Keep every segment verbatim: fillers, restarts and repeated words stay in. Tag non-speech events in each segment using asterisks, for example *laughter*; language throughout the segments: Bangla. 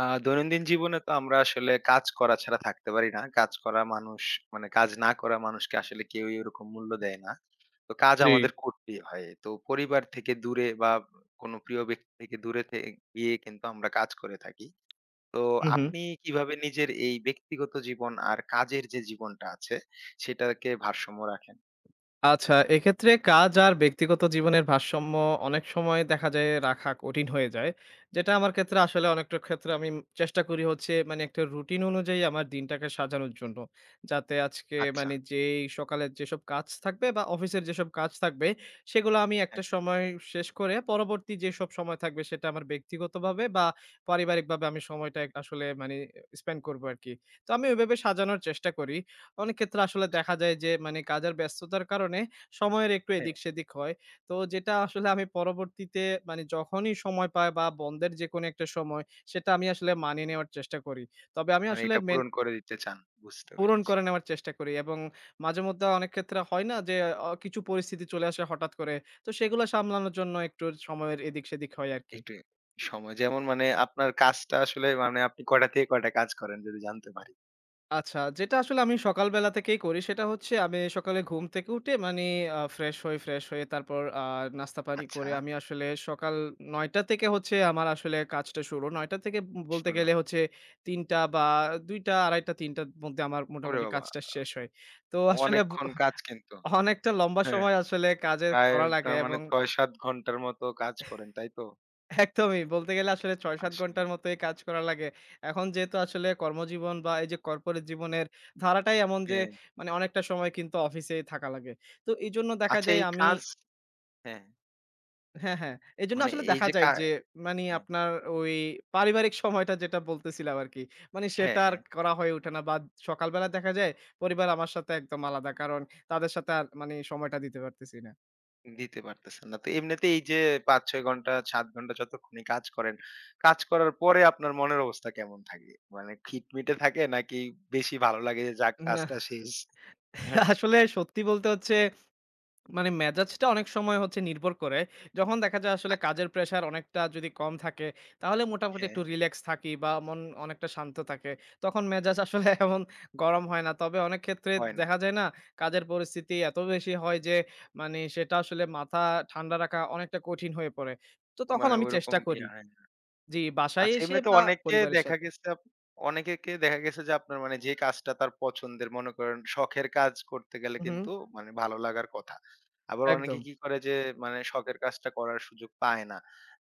আ দৈনন্দিন জীবনে তো আমরা আসলে কাজ করা ছাড়া থাকতে পারি না। কাজ করা মানুষ মানে কাজ না করা মানুষকে আসলে কেউই ওরকম মূল্য দেয় না। তো কাজ জি। আমাদের করতেই হয়। তো পরিবার থেকে দূরে বা কোনো প্রিয় ব্যক্তি থেকে দূরে থে গিয়ে কিন্তু আমরা কাজ করে থাকি। তো হুম, হুম। আপনি কিভাবে নিজের এই ব্যক্তিগত জীবন আর কাজের যে জীবনটা আছে সেটাকে ভারসাম্য রাখেন? আচ্ছা, এক্ষেত্রে কাজ আর ব্যক্তিগত জীবনের ভারসাম্য অনেক সময় দেখা যায় রাখা কঠিন হয়ে যায়। যেটা আমার ক্ষেত্রে আসলে অনেকটা ক্ষেত্রে আমি চেষ্টা করি হচ্ছে মানে একটা রুটিন অনুযায়ী আমার দিনটাকে সাজানোর জন্য। যাতে আজকে আচ্ছা। মানে যেই সকালের যেসব কাজ থাকবে বা অফিসের যেসব কাজ থাকবে সেগুলো আমি একটা হ্যাঁ, সময় শেষ করে পরবর্তী যেসব সময় থাকবে সেটা আমার ব্যক্তিগতভাবে বা পারিবারিকভাবে আমি সময়টা আসলে মানে স্পেন্ড করবো আরকি। তো আমি ওইভাবে সাজানোর চেষ্টা করি। অনেক ক্ষেত্রে আসলে দেখা যায় যে মানে কাজের ব্যস্ততার কারণে সময়ের একটু হ্যাঁ। এদিক সেদিক হয়। তো যেটা আসলে আমি পরবর্তীতে মানে যখনই সময় পাই বা বন্ধের যেকোনো একটা সময় সেটা আমি আসলে মানিয়ে নেওয়ার চেষ্টা করি। তবে আমি মানে আসলে এটা মেন পূরণ করে দিতে চান। বুঝতে পূরণ পেরেছি। করে নেওয়ার চেষ্টা করি এবং মাঝেমধ্যে অনেক ক্ষেত্রে হয় না যে অ কিছু পরিস্থিতি চলে আসে হঠাৎ করে। তো সেগুলো সামলানোর জন্য একটু সময়ের এদিক সেদিক হয় আরকি। একটু সময় যেমন মানে আপনার কাজটা আসলে মানে আপনি কয়টা থেকে কয়টা কাজ করেন যদি জানতে পারি? আচ্ছা, যেটা আসলে আমি সকালবেলা থেকেই করি সেটা হচ্ছে আমি সকালে ঘুম থেকে উঠে মানে আ ফ্রেশ হই, ফ্রেশ হয়ে তারপর আ নাস্তা-পানি আচ্ছা, করে আমি আসলে সকাল ৯ঃ শূন্য শূন্য থেকে হচ্ছে আমার আসলে কাজটা শুরু। ৯ঃ শূন্য শূন্য থেকে ব বলতে শুরু গেলে হয়। হচ্ছে ৩ঃ শূন্য শূন্য বা ২ঃ শূন্য শূন্য, ২ঃ ত্রিশ, ৩ঃ শূন্য শূন্য র মধ্যে আমার ওরে মোটামুটি বাবা! কাজটা শেষ হয়। তো আসলে ব অনেকক্ষণ কাজ কিন্তু। অনেকটা লম্বা হ্যাঁ, সময় আসলে কাজে প্রায় করা লাগে আপনার মানে এবং ছয় সাত ঘন্টার মতো কাজ করেন, তাই তো? একদমই। বলতে গেলে আসলে ছয় সাত আসলে ঘন্টার মতো এই কাজ করা লাগে। এখন যেহেতু আসলে কর্মজীবন বা এই যে কর্পোরেট জীবনের ধারাটাই এমন যে হ্যাঁ। মানে অনেকটা সময় কিন্তু অফিসেই থাকা লাগে। তো এজন্য দেখা আচ্ছা যায় এই আমি। কাজ। হ্যাঁ, হ্যাঁ, হ্যাঁ। এজন্য মানে আসলে এই দেখা যে যায় কা যে মানে হ্যাঁ, আপনার ওই পারিবারিক সময়টা যেটা বলতেছিলাম আরকি। মানে হ্যাঁ, সেটা আর হ্যাঁ, করা হয়ে ওঠে না বা সকালবেলা দেখা যায় পরিবার আমার সাথে একদম আলাদা। কারণ তাদের সাথে আর মানে সময়টা দিতে পারতেছি না। দিতে পারতেছেন না। তো এমনিতে এই যে পাঁচ ছয় ঘন্টা সাত ঘন্টা যতক্ষণই কাজ করেন, কাজ করার পরে আপনার মনের অবস্থা কেমন থাকে? মানে খিটমিটে থাকে নাকি বেশি ভালো লাগে যে যাক না, কাজটা শেষ? আসলে সত্যি বলতে হচ্ছে মানে মেজাজটা অনেক সময় হচ্ছে নির্ভর করে। যখন দেখা যায় আসলে আচ্ছা, কাজের প্রেশার অনেকটা যদি কম থাকে, তাহলে মোটামুটি হ্যাঁ, একটু রিল্যাক্স থাকি বা মন অনেকটা শান্ত থাকে। তখন মেজাজ আসলে *laughs* এমন গরম হয় না। তবে অনেক ক্ষেত্রে হয় না। দেখা যায় না, কাজের পরিস্থিতি এত বেশি হয় যে মানে সেটা আসলে মাথা ঠান্ডা রাখা অনেকটা কঠিন হয়ে পড়ে। তো তখন মানে আমি ওইরকম চেষ্টা করি। ইয়া। হয় না। জি, বাসায় আচ্ছা এসে এমনিতে বা অনেকে পরিবারের দেখা সাথে। গেছে আপ অনেকেকে দেখা গেছে যে আপনার মানে যে কাজটা তার পছন্দের মনে করেন শখের কাজ করতে গেলে হুম, হুম। কিন্তু মানে ভালো লাগার কথা। আবার অনেকে একদম। কি করে যে মানে শখের কাজটা করার সুযোগ পায় না।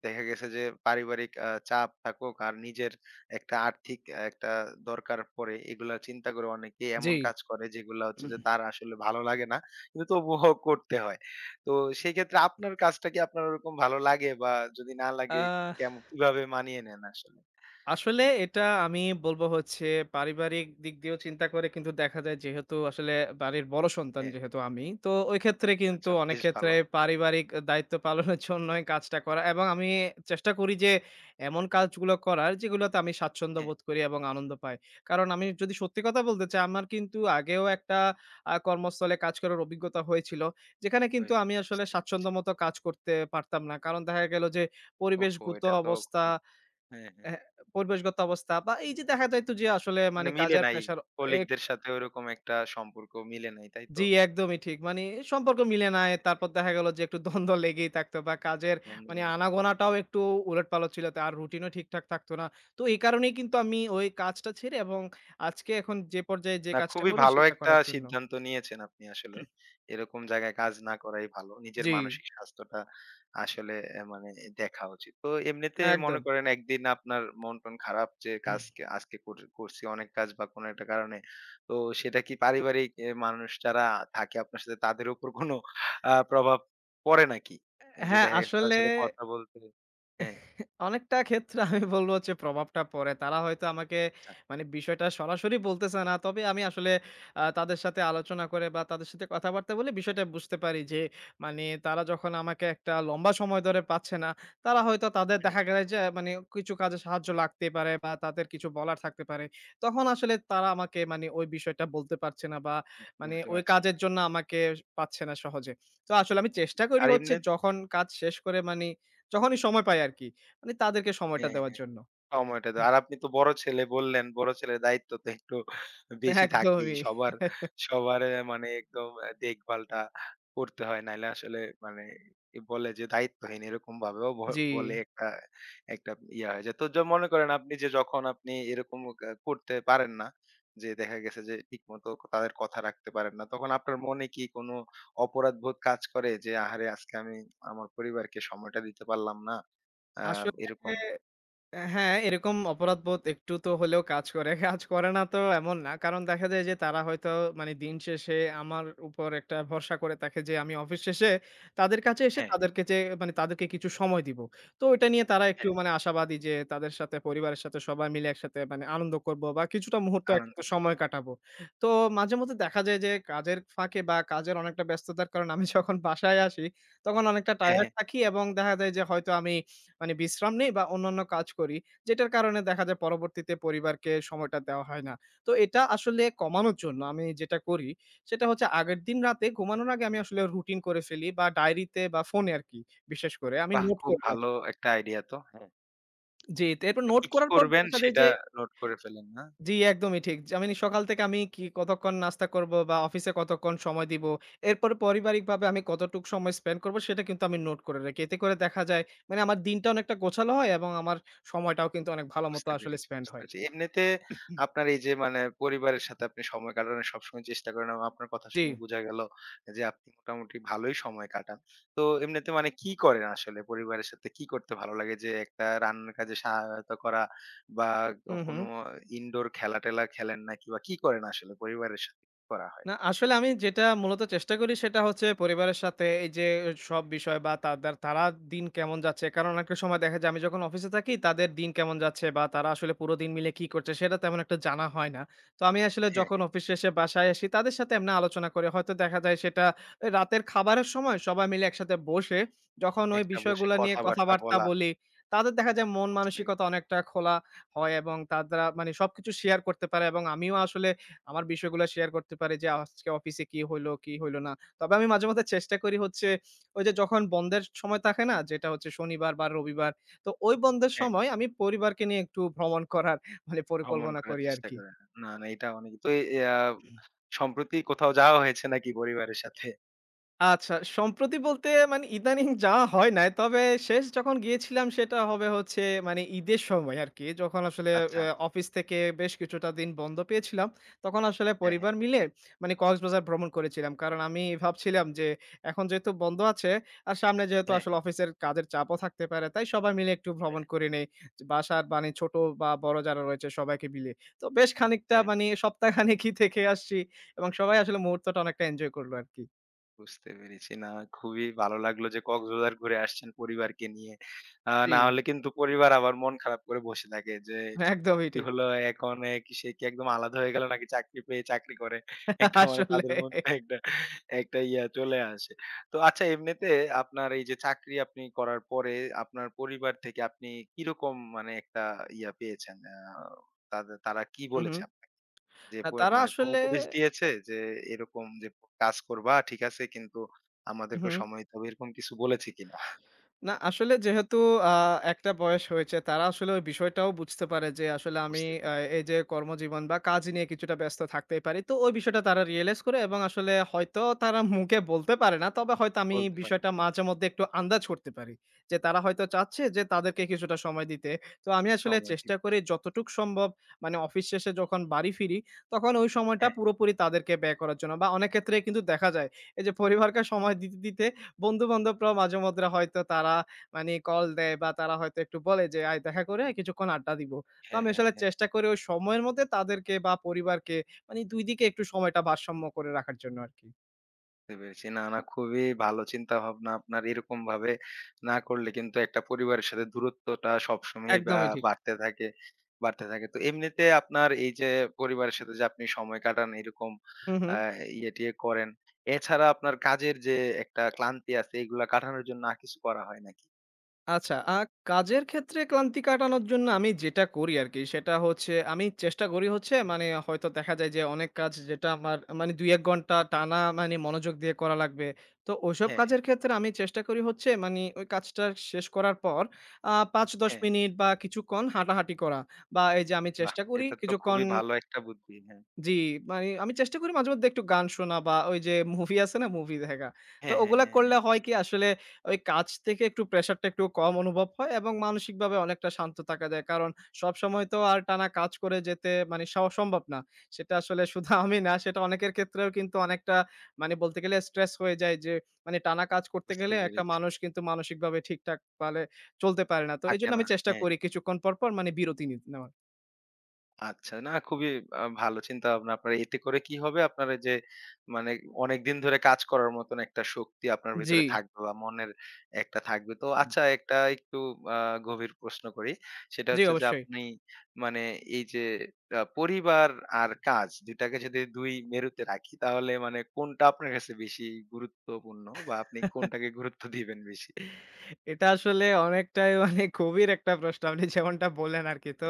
দেখা গেছে যে পারিবারিক আ চাপ থাকুক আর নিজের একটা আর্থিক আহ, একটা দরকার পড়ে এগুলা চিন্তা করে অনেকে জি। এমন কাজ করে যেগুলা হচ্ছে যে তার আসলে ভালো লাগে না। কিন্তু তবুও করতে হয়। তো সেই ক্ষেত্রে আপনার কাজটা কি আপনার ওরকম ভালো লাগে বা যদি না আ লাগে কেম কিভাবে মানিয়ে নেন আসলে? আসলে এটা আমি বলব হচ্ছে পারিবারিক দিক দিয়েও চিন্তা করে কিন্তু দেখা যায় যেহেতু আসলে বাড়ির বড় সন্তান হ্যাঁ, যেহেতু আমি, তো ওই ক্ষেত্রে কিন্তু আচ্ছা অনেক বেশ ক্ষেত্রে ভালো। পারিবারিক দায়িত্ব পালনের *laughs* জন্যই কাজটা করা এবং আমি চেষ্টা করি যে এমন কাজগুলো করার যেগুলোতে আমি স্বাচ্ছন্দ্য হ্যাঁ, বোধ করি এবং আনন্দ পাই। কারণ আমি যদি সত্যি কথা বলতে চাই আমার কিন্তু আগেও একটা আ কর্মস্থলে কাজ করার অভিজ্ঞতা হয়েছিল। যেখানে কিন্তু হয়েছিল আমি আসলে বুঝতে পেরেছি। স্বাচ্ছন্দ্যমতো কাজ করতে পারতাম না। কারণ দেখা গেল যে ওফো! পরিবেশগত এটা তো অবস্থা। খুব হ্যাঁ, হ্যাঁ। হ্যাঁ, পরিবেশগত অবস্থা বা এই যে দেখা যাইত যে আসলে মানে মানে মিলে কাজের নাই। প্রেশার। এক কলিগদের সাথে ওরকম একটা সম্পর্ক মিলে নাই, তাই জি, তো? একদমই ঠিক। মানে সম্পর্ক মিলে নাই। তারপর দেখা গেল যে একটু দ্বন্দ্ব লেগেই থাকতো বা কাজের মন্দ মানে লাগে। আনাগোনাটাও একটু উলটপালট ছিল। আর রুটিনও ঠিকঠাক থাকতো না। তো এই কারণেই কিন্তু আমি ওই কাজটা ছেড়ে এবং আজকে এখন যে পর্যায়ে যে না, কাজটা খুবই করি ভালো সেটা একটা করার জন্য। সিদ্ধান্ত নিয়েছেন আপনি আসলে। এরকম জায়গায় কাজ না করাই ভালো। নিজের জি, মানসিক স্বাস্থ্যটা আসলে অ্যা মানে দেখা উচিত। তো এমনিতে মনে একদম। করেন একদিন আপনার মন-টন খারাপ যে কাজকে আজকে কর করছি অনেক কাজ বা কোনো একটা কারণে। তো সেটা কি পারিবারিক এ মানুষ যারা থাকে আপনার সাথে তাদের উপর কোনো আ প্রভাব পড়ে নাকি? যে হ্যাঁ, দেখা গেছে তাদের আসলে সাথে কথা বলতে হ্যাঁ, অনেকটা ক্ষেত্রে আমি বলব হচ্ছে প্রভাবটা পড়ে। তারা হয়তো আমাকে আচ্ছা মানে বিষয়টা সরাসরি বলতেছে না। তবে আমি আসলে আ তাদের সাথে আলোচনা করে বা তাদের সাথে কথাবার্তা বলে বিষয়টা বুঝতে পারি যে মানে তারা যখন আমাকে একটা লম্বা সময় ধরে পাচ্ছে না, তারা হয়তো তাদের হুম, দেখা গেলে যে মানে কিছু কাজে সাহায্য লাগতে পারে বা তাদের কিছু বলার থাকতে পারে। তখন আসলে তারা আমাকে মানে ওই বিষয়টা বলতে পারছে না বা মানে বলতে ওই পারছে না। কাজের জন্য আমাকে পাচ্ছে না সহজে। তো আসলে আমি চেষ্টা করি আর হচ্ছে এমনে যখন কাজ শেষ করে মানে যখনই সময় পাই আরকি। মানে তাদেরকে সময়টা হ্যাঁ, দেওয়ার হ্যাঁ। জন্য। সময়টা হুম। দেওয়া। আর আপনি তো বড় ছেলে বললেন, বড় ছেলের দায়িত্ব তো একটু বেশি থাকেই। একদমই। সবার, *laughs* সবার এ মানে একদম আ দেখভালটা করতে হয়। নাইলে আসলে মানে কি বলে যে দায়িত্বহীন এরকম ভাবেও ব জি। বলে একটা, একটা ইয়া হয়ে যায়। তো য মনে করেন আপনি যে যখন আপনি এরকম আ করতে পারেন না, যে দেখা গেছে যে ঠিকমতো তাদের কথা রাখতে পারেন না। তখন আপনার মনে কি কোনো অপরাধবোধ কাজ করে যে আহারে আজকে আমি আমার পরিবারকে সময়টা দিতে পারলাম না? আ আসলে এরকম? অ্যা হ্যাঁ, এরকম অপরাধবোধ একটু তো হলেও কাজ করে। *laughs* কাজ করে না তো এমন না। কারণ দেখা যায় যে তারা হয়তো মানে দিন শেষে আমার উপর একটা ভরসা করে থাকে যে আমি অফিস শেষে তাদের কাছে এসে হ্যাঁ, হ্যাঁ, তাদেরকে যে মানে তাদেরকে কিছু সময় দিব। তো এটা নিয়ে তারা একটু হ্যাঁ। মানে আশাবাদী যে তাদের সাথে পরিবারের সাথে সবাই মিলে একসাথে মানে আনন্দ করব বা কিছুটা মুহূর্ত আনন্দ একসাথে সময় কাটাবো। তো মাঝেমধ্যে দেখা যায় যে কাজের ফাঁকে বা কাজের অনেকটা ব্যস্ততার কারণে আমি যখন বাসায় আসি তখন অনেকটা হ্যাঁ, টায়ার্ড হ্যাঁ। থাকি এবং দেখা যায় যে হয়তো আমি মানে বিশ্রাম নেই বা অন্যান্য কাজ করি। যেটার কারণে দেখা যায় পরবর্তীতে পরিবারকে সময়টা দেওয়া হয় না। তো এটা আসলে কমানোর জন্য আমি যেটা করি, সেটা হচ্ছে আগের দিন রাতে ঘুমানোর আগে আমি আসলে রুটিন করে ফেলি বা ডায়েরিতে বা ফোনে আরকি বিশেষ করে আমি বাহ! নোট খুব করে রাখি। ভালো একটা আইডিয়া তো। হ্যাঁ। জি, তো এরপর তা নোট কি, কি করার পর করবেন দেখা যায় সেটা যে। নোট করে ফেলেন, না? জি, একদমই ঠিক। যে আমি সকাল থেকে আমি কি কতক্ষণ নাস্তা করব বা অফিসে কতক্ষণ সময় দিব। এরপরে পারিবারিকভাবে আমি কতটুক সময় স্পেন্ড করব সেটা কিন্তু আমি নোট করে রাখি। এতে করে দেখা যায় মানে আমার দিনটা অনেকটা গোছালো হয় এবং আমার সময়টাও কিন্তু অনেক ভালো মতো বুঝতে আসলে পেরেছি, স্পেন্ড বুঝতে হয়। পেরেছি। এমনিতে আপনার এই যে মানে পরিবারের সাথে আপনি সময় কাটানোর সবসময় চেষ্টা করেন এবং আপনার কথা জি। শুনে বোঝা গেল যে আপনি মোটামুটি ভালোই সময় কাটান। তো এমনিতে মানে কি করেন আসলে পরিবারের সাথে কি করতে ভালো লাগে? যে একটা রান্নার কাজে সহায়তা করা বা হু, ও হু। কোনো ইনডোর খেলা-টেলা খেলেন নাকি বা কি করেন আসলে পরিবারের সাথে কি করা হয়? না, আসলে আমি যেটা মূলত চেষ্টা করি সেটা হচ্ছে পরিবারের সাথে এই যে সব বিষয় বা তাদের তারা দিন কেমন যাচ্ছে। কারণ অনেকটা সময় দেখা যায় আমি যখন অফিসে থাকি তাদের দিন কেমন যাচ্ছে বা তারা আসলে পুরো দিন মিলে কি করছে সেটা তেমন একটা জানা হয় না। তো আমি আসলে হ্যাঁ, যখন হ্যাঁ। অফিস শেষে বাসায় আসি তাদের সাথে এমনি আলোচনা করি। হয়তো দেখা যায় সেটা রাতের খাবারের সময় সবাই মিলে একসাথে বসে যখন ওই একটা বসে বিষয়গুলা নিয়ে কথাবার্তা কথাবার্তা বলা। বলি, তাদের দেখা যায় মন বুঝতে মানসিকতা অনেকটা খোলা হয় এবং তারা মানে সবকিছু শেয়ার করতে পারে এবং আমিও আসলে আমার বিষয়গুলো শেয়ার করতে পারি যে আজকে অফিসে কি হইলো, কি হইলো না। তবে আমি মাঝে মধ্যে চেষ্টা করি হচ্ছে ওই যে যখন বন্ধের সময় থাকে না? যেটা হচ্ছে শনিবার বা রবিবার। তো ওই বন্ধের হ্যাঁ। সময় আমি পরিবারকে নিয়ে একটু ভ্রমণ করার মানে ভ্রমণ পরিকল্পনা করার করি চেষ্টা আরকি। করেন। না, না এটা অনেক তো এ আ সম্প্রতি কোথাও যাওয়া হয়েছে নাকি পরিবারের সাথে? আচ্ছা, সম্প্রতি বলতে মানে ইদানিং যাওয়া হয় নাই। তবে শেষ যখন গিয়েছিলাম সেটা হবে হচ্ছে মানে ঈদের সময় আরকি। যখন আসলে আচ্ছা, অ্যা আচ্ছা। অফিস থেকে বেশ কিছুটা দিন বন্ধ পেয়েছিলাম। তখন আসলে হ্যাঁ, হ্যাঁ। পরিবার মিলে মানে কক্সবাজার ভ্রমণ করেছিলাম। কারণ আমি ভাবছিলাম যে এখন যেহেতু বন্ধ আছে আর সামনে যেহেতু হ্যাঁ, আসলে হ্যাঁ। অফিসের কাজের চাপও থাকতে পারে। তাই সবাই মিলে একটু হ্যাঁ, ভ্রমণ করে নেই। বাসার মানে ছোট বা বড় যারা রয়েছে সবাইকে মিলে। তো বেশ খানিকটা হ্যাঁ। মানে সপ্তাহখানেকই *laughs* থেকে আসছি এবং সবাই আসলে মুহূর্তটা অনেকটা এনজয় করলো আরকি। বুঝতে পেরেছি। না, খুবই ভালো লাগলো যে কক্সবাজার ঘুরে আসছেন পরিবারকে নিয়ে। আ জি। না হলে কিন্তু পরিবার আবার মন খারাপ করে বসে থাকে যে, একদমই কি ঠিক। হলো এখন এ কি সে কি একদম আলাদা হয়ে গেল নাকি চাকরি পেয়ে চাকরি করে? একটা *laughs* মানে তাদের আসলে। মধ্যে একটা, একটা ইয়া চলে আসে। তো আচ্ছা এমনিতে আপনার এই যে চাকরি আপনি করার পরে আপনার পরিবার থেকে আপনি কিরকম মানে একটা ইয়া পেয়েছেন? আ তাদের তারা কি হু, হু। বলেছে? যে না, প তারা মানে কোন আসলে। উপদেশ দিয়েছে যে, "এরকম যে কাজ করবা ঠিক আছে কিন্তু আমাদেরকেও হুম। সময় দিতে হবে" এরকম কিছু বলেছে কিনা? না, আসলে যেহেতু আ একটা বয়স হয়েছে তারা আসলে ওই বিষয়টাও বুঝতে পারে যে আসলে আমি বুঝতে আ পারি। এই যে কর্মজীবন বা কাজ নিয়ে কিছুটা ব্যস্ত থাকতেই পারি। তো ওই বিষয়টা তারা রিয়ালাইজ করে এবং আসলে হয়তো তারা মুখে বলতে পারে না। তবে হয়তো আমি বলতে পারেন। বিষয়টা মাঝেমধ্যে একটু আন্দাজ করতে পারি। যে তারা হয়তো চাচ্ছে যে তাদেরকে কিছুটা সময় দিতে। তো আমি আসলে সময় চেষ্টা দিতে করি হয়। যতটুক সম্ভব মানে অফিস শেষে যখন বাড়ি ফিরি তখন ওই সময়টা হ্যাঁ, পুরোপুরি তাদেরকে ব্যয় করার জন্য বা অনেক ক্ষেত্রে কিন্তু দেখা যায় এই যে পরিবারকে সময় দিতে, দিতে বন্ধু-বান্ধবরাও মাঝে মধ্যে হয়তো তারা মানে কল দেয় বা তারা হয়তো একটু বলে যে, "আয় দেখা করে আয়, কিছুক্ষণ আড্ডা দিব।" তো হ্যাঁ, আমি হ্যাঁ, আসলে হ্যাঁ। চেষ্টা করি ওই সময়ের মধ্যে তাদেরকে বা পরিবারকে মানে দুই দিকে একটু সময়টা ভারসাম্য করে রাখার জন্য আরকি। বুঝতে পেরেছি। না, না খুবই ভালো চিন্তাভাবনা আপনার। এরকমভাবে না করলে কিন্তু একটা পরিবারের সাথে দূরত্বটা সবসময়ই বা একদমই ঠিক। বাড়তে থাকে, বাড়তে থাকে। তো এমনিতে আপনার এই যে পরিবারের সাথে যে আপনি সময় কাটান এরকম হু, হু। আ ইয়ে-টিয়ে করেন। এছাড়া আপনার কাজের যে একটা ক্লান্তি আছে এগুলা কাটানোর জন্য আর কিছু করা হয় নাকি? আচ্ছা, আ কাজের ক্ষেত্রে ক্লান্তি কাটানোর জন্য আমি যেটা করি আরকি সেটা হচ্ছে আমি চেষ্টা করি হচ্ছে মানে হয়তো দেখা যায় যে অনেক কাজ যেটা আমার মানে দুই এক ঘন্টা টানা মানে মনোযোগ দিয়ে করা লাগবে। তো ওইসব হ্যাঁ, হ্যাঁ, কাজের ক্ষেত্রে আমি চেষ্টা করি হচ্ছে মানে ওই কাজটা শেষ করার পর আ পাঁচ দশ হ্যাঁ। মিনিট বা কিছুক্ষণ হাঁটাহাঁটি করা। বা এই যে আমি বাহ! চেষ্টা করি এটা তো কিছুক্ষণ। খুবই ভালো একটা বুদ্ধি। হ্যাঁ। জি, মানে আমি চেষ্টা করি মাঝে মধ্যে একটু গান শোনা বা ওই যে মুভি আছে না? মুভি দেখা। তো হ্যাঁ, হ্যাঁ, ওগুলা হ্যাঁ, হ্যাঁ। করলে হয় কি আসলে ওই কাজ থেকে একটু প্রেশারটা একটু কম অনুভব হয় এবং মানসিকভাবে অনেকটা শান্ত থাকা যায়। কারণ সবসময় তো আর টানা কাজ করে যেতে মানে স সম্ভব না। সেটা আসলে শুধু *laughs* আমি না সেটা অনেকের ক্ষেত্রেও কিন্তু অনেকটা মানে বলতে গেলে স্ট্রেস হয়ে যায় যে মানে টানা কাজ করতে বুঝতে গেলে একটা পেরেছি। মানুষ কিন্তু মানসিকভাবে ঠিকঠাক পালে চলতে পারে না। তো থাকে এজন্য না। আমি চেষ্টা হ্যাঁ। করি কিছুক্ষণ পর, পর মানে বিরতি নি নেওয়ার। আচ্ছা। না খুবই আ ভালো চিন্তাভাবনা আপনার। এতে করে কি হবে? আপনার এই যে মানে অনেকদিন ধরে কাজ করার মতন একটা শক্তি আপনার জি, ভেতরে থাকবে বা মনের একটা থাকবে। তো আচ্ছা একটা একটু আ গভীর প্রশ্ন করি। সেটা জি হচ্ছে যে অবশ্যই। আপনি মানে এই যে আ পরিবার আর কাজ দুই টাকে যদি দুই মেরুতে রাখি তাহলে মানে কোনটা আপনার কাছে বেশি গুরুত্বপূর্ণ বা আপনি কোনটাকে গুরুত্ব দিবেন বেশি? এটা আসলে অনেকটাই *laughs* মানে গভীর একটা প্রশ্ন। আপনি যেমনটা বললেন আরকি। তো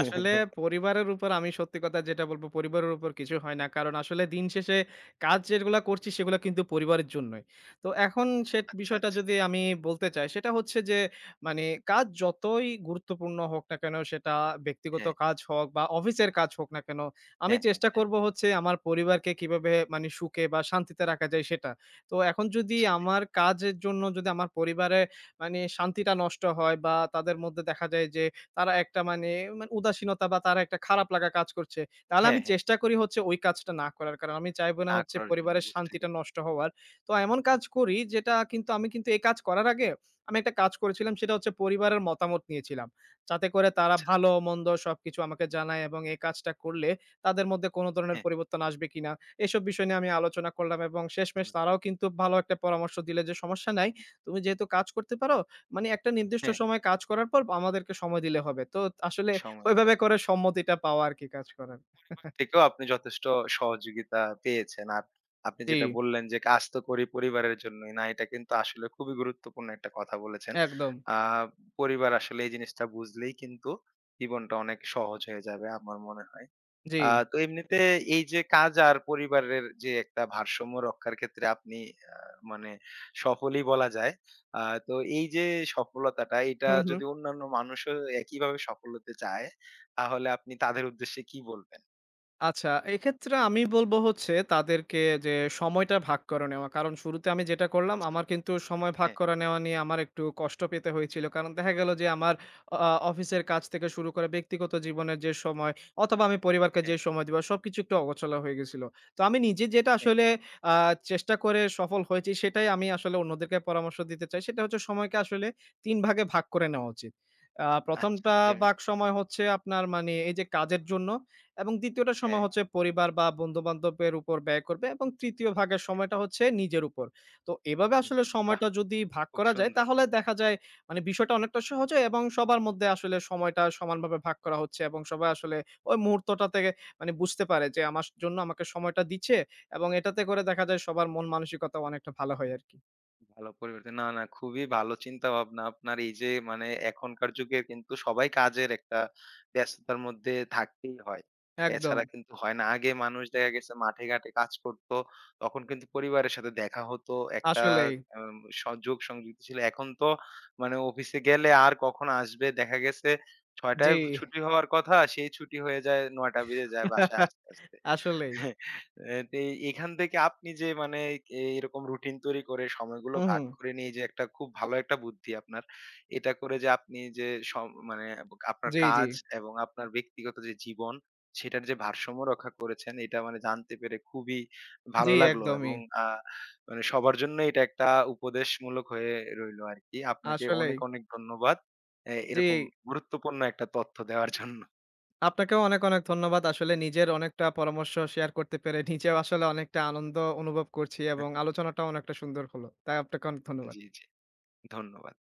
আসলে পরিবারের উপর আমি সত্যি কথা যেটা বলব, পরিবারের উপর কিছু হয় না। কারণ আসলে দিন শেষে কাজ যেগুলা করছি সেগুলা কিন্তু পরিবারের জন্যই। তো এখন সে আচ্ছা, বিষয়টা আচ্ছা। যদি আমি বলতে চাই সেটা হচ্ছে যে মানে কাজ যতই গুরুত্বপূর্ণ হোক না কেন সেটা ব্যক্তিগত হ্যাঁ, কাজ হোক বা অফিসের কাজ হোক না কেন, আমি হ্যাঁ, হ্যাঁ, চেষ্টা হ্যাঁ। করব হচ্ছে আমার পরিবারকে কিভাবে মানে সুখে বা শান্তিতে রাখা যায় সেটা। তো এখন যদি সে আমার কাজের জন্য যদি আমার পরিবারে মানে শান্তিটা নষ্ট হয় বা তাদের মধ্যে দেখা যায় যে তারা একটা মানে মানে উদাসীনতা বা তারা একটা খারাপ লাগা কাজ করছে। তাহলে হ্যাঁ, আমি হ্যাঁ। চেষ্টা করি হচ্ছে ওই কাজটা না করার। কারণ আমি চাইবো না না হচ্ছে করার জন্য পরিবারের বুঝতে শান্তিটা পেরেছি। নষ্ট হওয়ার। তো এমন কাজ করি যেটা কিন্তু আমি কিন্তু এই কাজ করার আগে আমি একটা কাজ করেছিলাম সেটা হচ্ছে পরিবারের মতামত নিয়েছিলাম। যাতে করে তারা আচ্ছা। ভালো-মন্দ সবকিছু আমাকে জানায় এবং এই কাজটা করলে তাদের মধ্যে কোন ধরনের হ্যাঁ, পরিবর্তন আসবে কিনা? এসব বিষয় নিয়ে আমি আলোচনা করলাম এবং শেষমেশ আমি তারাও কিন্তু ভালো একটা পরামর্শ দিলে যে সমস্যা নাই। তুমি যেহেতু কাজ করতে পারো, মানে একটা নির্দিষ্ট হ্যাঁ, সময় কাজ করার পর আমাদেরকে সময় দিলে হবে। তো আসলে সময় ওইভাবে দিলাম। করে সম্মতিটা পাওয়া আরকি কাজ করার। পরিবার থেকেও আপনি যথেষ্ট সহযোগিতা পেয়েছেন। আর আপনি জি, যেটা বললেন যে, কাজ তো করি পরিবারের জন্যই। না, এটা কিন্তু আসলে খুবই গুরুত্বপূর্ণ একটা কথা বলেছেন। একদম। আ পরিবার আসলে এই জিনিসটা বুঝলেই কিন্তু জীবনটা অনেক সহজ হয়ে যাবে আমার মনে হয়। জি। আ তো এমনিতে এই যে কাজ আর পরিবারের যে একটা ভারসাম্য রক্ষার ক্ষেত্রে আপনি আ মানে সফলই বলা যায়। আ তো এই যে সফলতাটা এটা হু, হু। যদি অন্যান্য মানুষও একইভাবে সফল হতে চায়, তাহলে আপনি তাদের উদ্দেশ্যে কি বলবেন? আচ্ছা, এক্ষেত্রে আমি বলব হচ্ছে তাদেরকে যে সময়টা ভাগ করে নেওয়া। কারণ শুরুতে আমি যেটা করলাম আচ্ছা। আমার কিন্তু সময় ভাগ হ্যাঁ, করে নেওয়া নিয়ে আমার একটু কষ্ট পেতে হয়েছিল। কারণ দেখা গেল যে আমার আ অফিসের কাজ থেকে শুরু করে ব্যক্তিগত জীবনের যে সময় অথবা আমি পরিবারকে যে হ্যাঁ, সময় দিব সবকিছু একটু অগোছালো হয়ে গেছিল। তো আমি নিজে যেটা হ্যাঁ। আসলে আ চেষ্টা করে সফল হয়েছি সেটাই আমি আসলে অন্যদেরকে পরামর্শ দিতে চাই। সেটা হচ্ছে সময়কে আসলে তিন ভাগে ভাগ করে নেওয়া উচিত। আ প্রথম আচ্ছা টা যেমন? ভাগ সময় হচ্ছে আপনার মানে এই যে কাজের জন্য এবং দ্বিতীয় টা হ্যাঁ, সময় হচ্ছে পরিবার বা বন্ধু-বান্ধবের উপর ব্যয় করবে এবং তৃতীয় ভাগের হ্যাঁ। সময়টা হচ্ছে নিজের উপর। তো এভাবে আসলে নিজের উপর, বাহ! সময়টা যদি ভাগ খুব করা যায় সুন্দর। তাহলে দেখা যায় মানে বিষয়টা অনেকটা সহজ হয় এবং সবার মধ্যে আসলে সময়টা সমানভাবে ভাগ করা হচ্ছে এবং সবাই আসলে ওই মুহূর্তটা থেকে মানে বুঝতে পারে যে আমার জন্য আমাকে সময়টা দিচ্ছে এবং এটাতে করে দেখা যায় সবার মন মানসিকতা অনেকটা ভালো হয় আরকি। ভালো পরিবর্তন। না, না খুবই ভালো চিন্তাভাবনা আপনার। এই যে মানে এখনকার যুগে কিন্তু সবাই কাজের একটা ব্যস্ততার মধ্যে থাকতেই হয়। একদম। এছাড়া কিন্তু হয় না। আগে মানুষ দেখা গেছে মাঠে ঘাটে কাজ করতো। তখন কিন্তু পরিবারের সাথে দেখা হতো। একটা আসলেই। আম সংযোগ সংযুক্ত ছিল। এখন তো মানে অফিসে গেলে আর কখন আসবে দেখা গেছে ৬ঃ শূন্য শূন্য জি। টায় ছুটি হওয়ার কথা, সেই ছুটি হয়ে যায় ৯ঃ শূন্য শূন্য বেজে যায় বাসায় *laughs* আসতে, আসতে। আসলেই। হ্যাঁ, এ তে এখান থেকে আপনি যে মানে এ এরকম রুটিন তৈরি করে সময়গুলো হুম, ভাগ হুম। করে নিয়ে যে একটা খুব ভালো একটা বুদ্ধি আপনার। এটা করে যে আপনি যে সম মানে আপনার জি, জি। কাজ এবং আপনার ব্যক্তিগত যে জীবন সেটার যে ভারসাম্য রক্ষা করেছেন এটা মানে জানতে পেরে খুবই জি, ভালো লাগলো একদমই। এবং আ মানে সবার জন্য এটা একটা উপদেশমূলক হয়ে রইলো আরকি। আপনাকে আসলেই। অনেক, অনেক ধন্যবাদ। এ জি। এরকম গুরুত্বপূর্ণ একটা তথ্য দেওয়ার জন্য। আপনাকেও অনেক, অনেক ধন্যবাদ। আসলে নিজের অনেকটা পরামর্শ শেয়ার করতে পেরে নিজেও আসলে অনেকটা আনন্দ অনুভব করছি এবং আলোচনাটাও অনেকটা সুন্দর হলো। তাই আপনাকে অনেক ধন্যবাদ। জি, জি। ধন্যবাদ।